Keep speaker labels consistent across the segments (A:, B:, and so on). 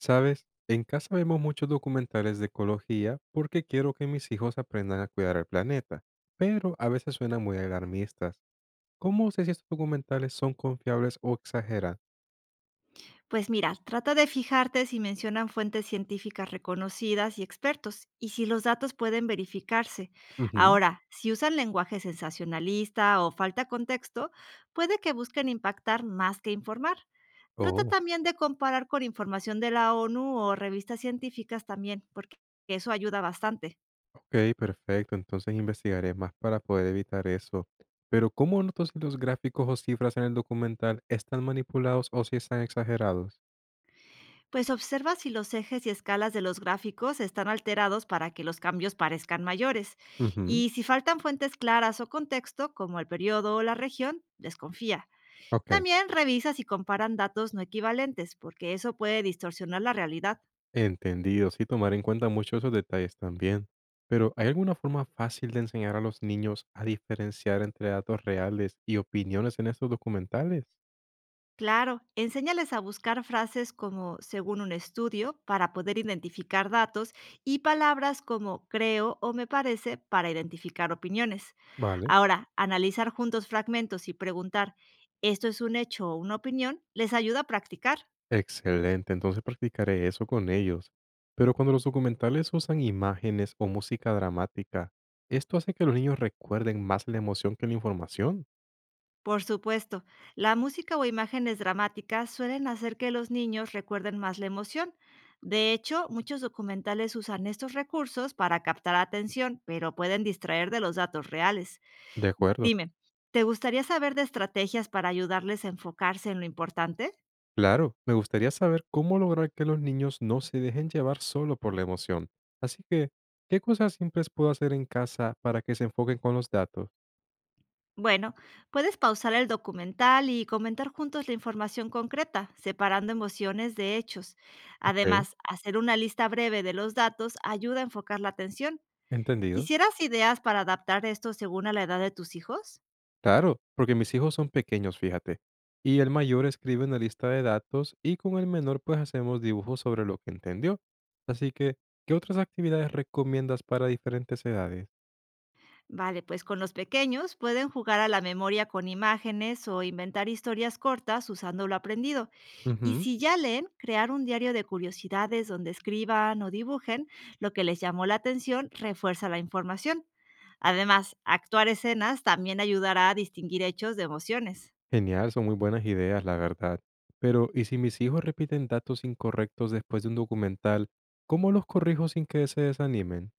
A: Sabes, en casa vemos muchos documentales de ecología porque quiero que mis hijos aprendan a cuidar el planeta, pero a veces suenan muy alarmistas. ¿Cómo sé si estos documentales son confiables o exageran?
B: Pues mira, trata de fijarte si mencionan fuentes científicas reconocidas y expertos y si los datos pueden verificarse.
A: Ujú.
B: Ahora, si usan lenguaje sensacionalista o falta contexto, puede que busquen impactar más que informar. Trata
A: Oh,
B: también de comparar con información de la ONU o revistas científicas también, porque eso ayuda bastante.
A: ok, perfecto. Entonces investigaré más para poder evitar eso. Pero, ¿cómo noto si los gráficos o cifras en el documental están manipulados o si están exagerados?
B: Pues observa si los ejes y escalas de los gráficos están alterados para que los cambios parezcan mayores.
A: Ujú.
B: Y si faltan fuentes claras o contexto, como el periodo o la región, desconfía.
A: Ok.
B: También revisa si comparan datos no equivalentes, porque eso puede distorsionar la realidad.
A: Entendido, sí, tomar en cuenta mucho esos detalles también. Pero, ¿hay alguna forma fácil de enseñar a los niños a diferenciar entre datos reales y opiniones en estos documentales?
B: Claro, enséñales a buscar frases como según un estudio para poder identificar datos y palabras como creo o me parece para identificar opiniones.
A: Vale.
B: Ahora, analizar juntos fragmentos y preguntar ¿esto es un hecho o una opinión? Les ayuda a practicar.
A: Excelente, entonces practicaré eso con ellos. Pero cuando los documentales usan imágenes o música dramática, ¿esto hace que los niños recuerden más la emoción que la información?
B: Por supuesto, la música o imágenes dramáticas suelen hacer que los niños recuerden más la emoción. De hecho, muchos documentales usan estos recursos para captar atención, pero pueden distraer de los datos reales.
A: De acuerdo.
B: Dime, ¿te gustaría saber de estrategias para ayudarles a enfocarse en lo importante?
A: Claro, me gustaría saber cómo lograr que los niños no se dejen llevar solo por la emoción. Así que, ¿qué cosas simples puedo hacer en casa para que se enfoquen con los datos?
B: Bueno, puedes pausar el documental y comentar juntos la información concreta, separando emociones de hechos.
A: Ok,
B: Además, hacer una lista breve de los datos ayuda a enfocar la atención.
A: ¿entendido?
B: ¿Quisieras ideas para adaptar esto según a la edad de tus hijos?
A: Claro, porque mis hijos son pequeños, fíjate. Y el mayor escribe una lista de datos y con el menor pues hacemos dibujos sobre lo que entendió. Así que, ¿qué otras actividades recomiendas para diferentes edades?
B: Vale, pues con los pequeños pueden jugar a la memoria con imágenes o inventar historias cortas usando lo aprendido. Y
A: Ujú.
B: si ya leen, crear un diario de curiosidades donde escriban o dibujen lo que les llamó la atención refuerza la información. Además, actuar escenas también ayudará a distinguir hechos de emociones.
A: Genial, son muy buenas ideas, la verdad. Pero, ¿y si mis hijos repiten datos incorrectos después de un documental, cómo los corrijo sin que se desanimen?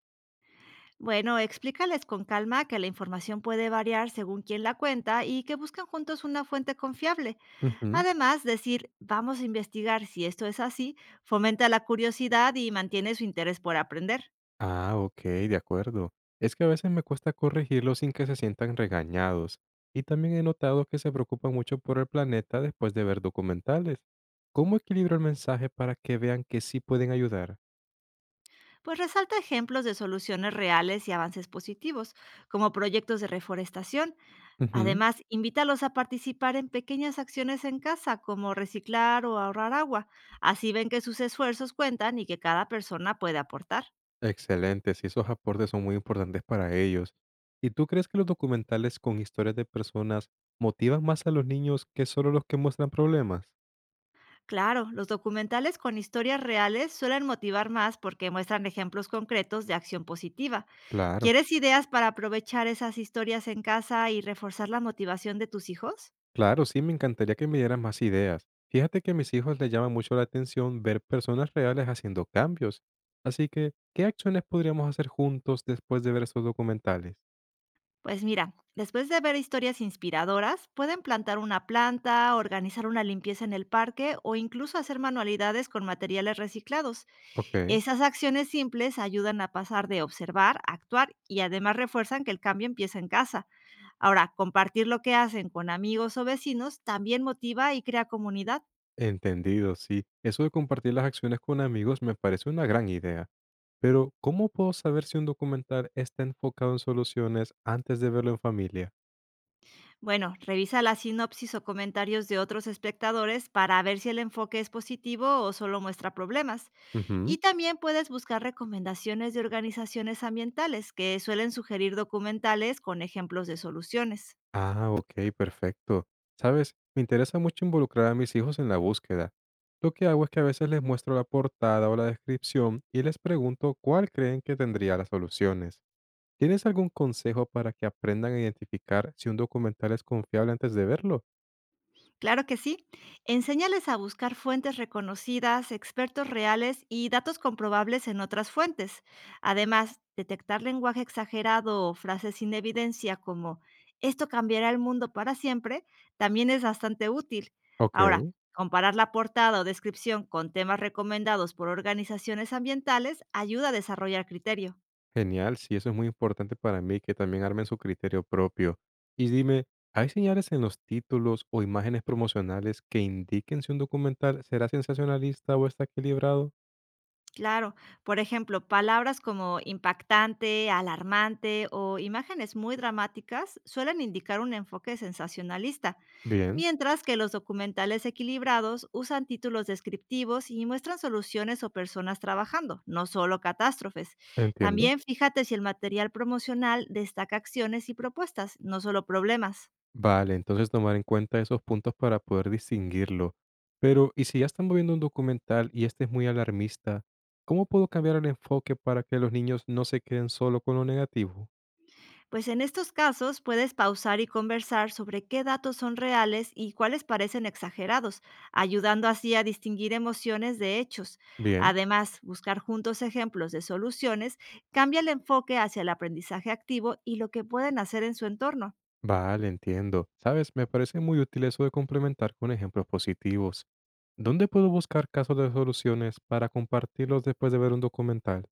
B: Bueno, explícales con calma que la información puede variar según quién la cuenta y que buscan juntos una fuente confiable.
A: Ujú.
B: Además, decir, vamos a investigar si esto es así, fomenta la curiosidad y mantiene su interés por aprender.
A: Ah, ok, de acuerdo. Es que a veces me cuesta corregirlos sin que se sientan regañados. Y también he notado que se preocupan mucho por el planeta después de ver documentales. ¿Cómo equilibro el mensaje para que vean que sí pueden ayudar?
B: Pues resalta ejemplos de soluciones reales y avances positivos, como proyectos de reforestación. Además, invítalos a participar en pequeñas acciones en casa, como reciclar o ahorrar agua. Así ven que sus esfuerzos cuentan y que cada persona puede aportar.
A: Excelente, sí, esos aportes son muy importantes para ellos. ¿Y tú crees que los documentales con historias de personas motivan más a los niños que solo los que muestran problemas?
B: Claro, los documentales con historias reales suelen motivar más porque muestran ejemplos concretos de acción positiva.
A: Claro,
B: ¿Quieres ideas para aprovechar esas historias en casa y reforzar la motivación de tus hijos?
A: claro, sí, me encantaría que me dieras más ideas. Fíjate que a mis hijos les llama mucho la atención ver personas reales haciendo cambios. Así que, ¿qué acciones podríamos hacer juntos después de ver esos documentales?
B: Pues mira, después de ver historias inspiradoras, pueden plantar una planta, organizar una limpieza en el parque o incluso hacer manualidades con materiales reciclados.
A: Ok,
B: Esas acciones simples ayudan a pasar de observar a actuar y además refuerzan que el cambio empieza en casa. Ahora, compartir lo que hacen con amigos o vecinos también motiva y crea comunidad.
A: entendido, sí. Eso de compartir las acciones con amigos me parece una gran idea. Pero, ¿cómo puedo saber si un documental está enfocado en soluciones antes de verlo en familia?
B: Bueno, revisa la sinopsis o comentarios de otros espectadores para ver si el enfoque es positivo o solo muestra problemas.
A: Ujú.
B: Y también puedes buscar recomendaciones de organizaciones ambientales que suelen sugerir documentales con ejemplos de soluciones.
A: Ah, ok, perfecto. Sabes, me interesa mucho involucrar a mis hijos en la búsqueda. Lo que hago es que a veces les muestro la portada o la descripción y les pregunto cuál creen que tendría las soluciones. ¿Tienes algún consejo para que aprendan a identificar si un documental es confiable antes de verlo?
B: Claro que sí. Enséñales a buscar fuentes reconocidas, expertos reales y datos comprobables en otras fuentes. Además, detectar lenguaje exagerado o frases sin evidencia como esto cambiará el mundo para siempre también es bastante útil. Ahora,
A: Ok.
B: comparar la portada o descripción con temas recomendados por organizaciones ambientales ayuda a desarrollar criterio.
A: Genial, sí, eso es muy importante para mí, que también armen su criterio propio. Y dime, ¿hay señales en los títulos o imágenes promocionales que indiquen si un documental será sensacionalista o está equilibrado?
B: Claro, por ejemplo, palabras como impactante, alarmante o imágenes muy dramáticas suelen indicar un enfoque sensacionalista,
A: Bien,
B: mientras que los documentales equilibrados usan títulos descriptivos y muestran soluciones o personas trabajando, no solo catástrofes.
A: entiendo.
B: También fíjate si el material promocional destaca acciones y propuestas, no solo problemas.
A: Vale, entonces tomar en cuenta esos puntos para poder distinguirlo. Pero, ¿y si ya estamos viendo un documental y este es muy alarmista? ¿Cómo puedo cambiar el enfoque para que los niños no se queden solo con lo negativo?
B: Pues en estos casos puedes pausar y conversar sobre qué datos son reales y cuáles parecen exagerados, ayudando así a distinguir emociones de hechos.
A: Bien.
B: Además, buscar juntos ejemplos de soluciones cambia el enfoque hacia el aprendizaje activo y lo que pueden hacer en su entorno.
A: Vale, entiendo. Sabes, me parece muy útil eso de complementar con ejemplos positivos. ¿Dónde puedo buscar casos de soluciones para compartirlos después de ver un documental?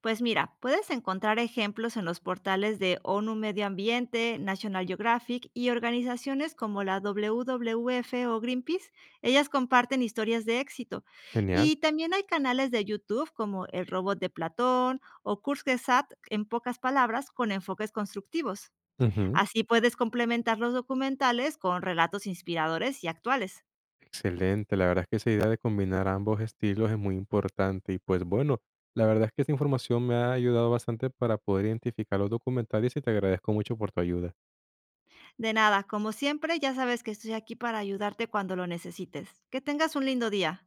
B: Pues mira, puedes encontrar ejemplos en los portales de ONU Medio Ambiente, National Geographic y organizaciones como la WWF o Greenpeace. Ellas comparten historias de éxito.
A: Genial.
B: Y también hay canales de YouTube como El Robot de Platón o Kurzgesagt, en pocas palabras, con enfoques constructivos.
A: Ujú.
B: Así puedes complementar los documentales con relatos inspiradores y actuales.
A: Excelente. La verdad es que esa idea de combinar ambos estilos es muy importante. Y pues bueno, la verdad es que esta información me ha ayudado bastante para poder identificar los documentales y te agradezco mucho por tu ayuda.
B: De nada, como siempre, ya sabes que estoy aquí para ayudarte cuando lo necesites. Que tengas un lindo día.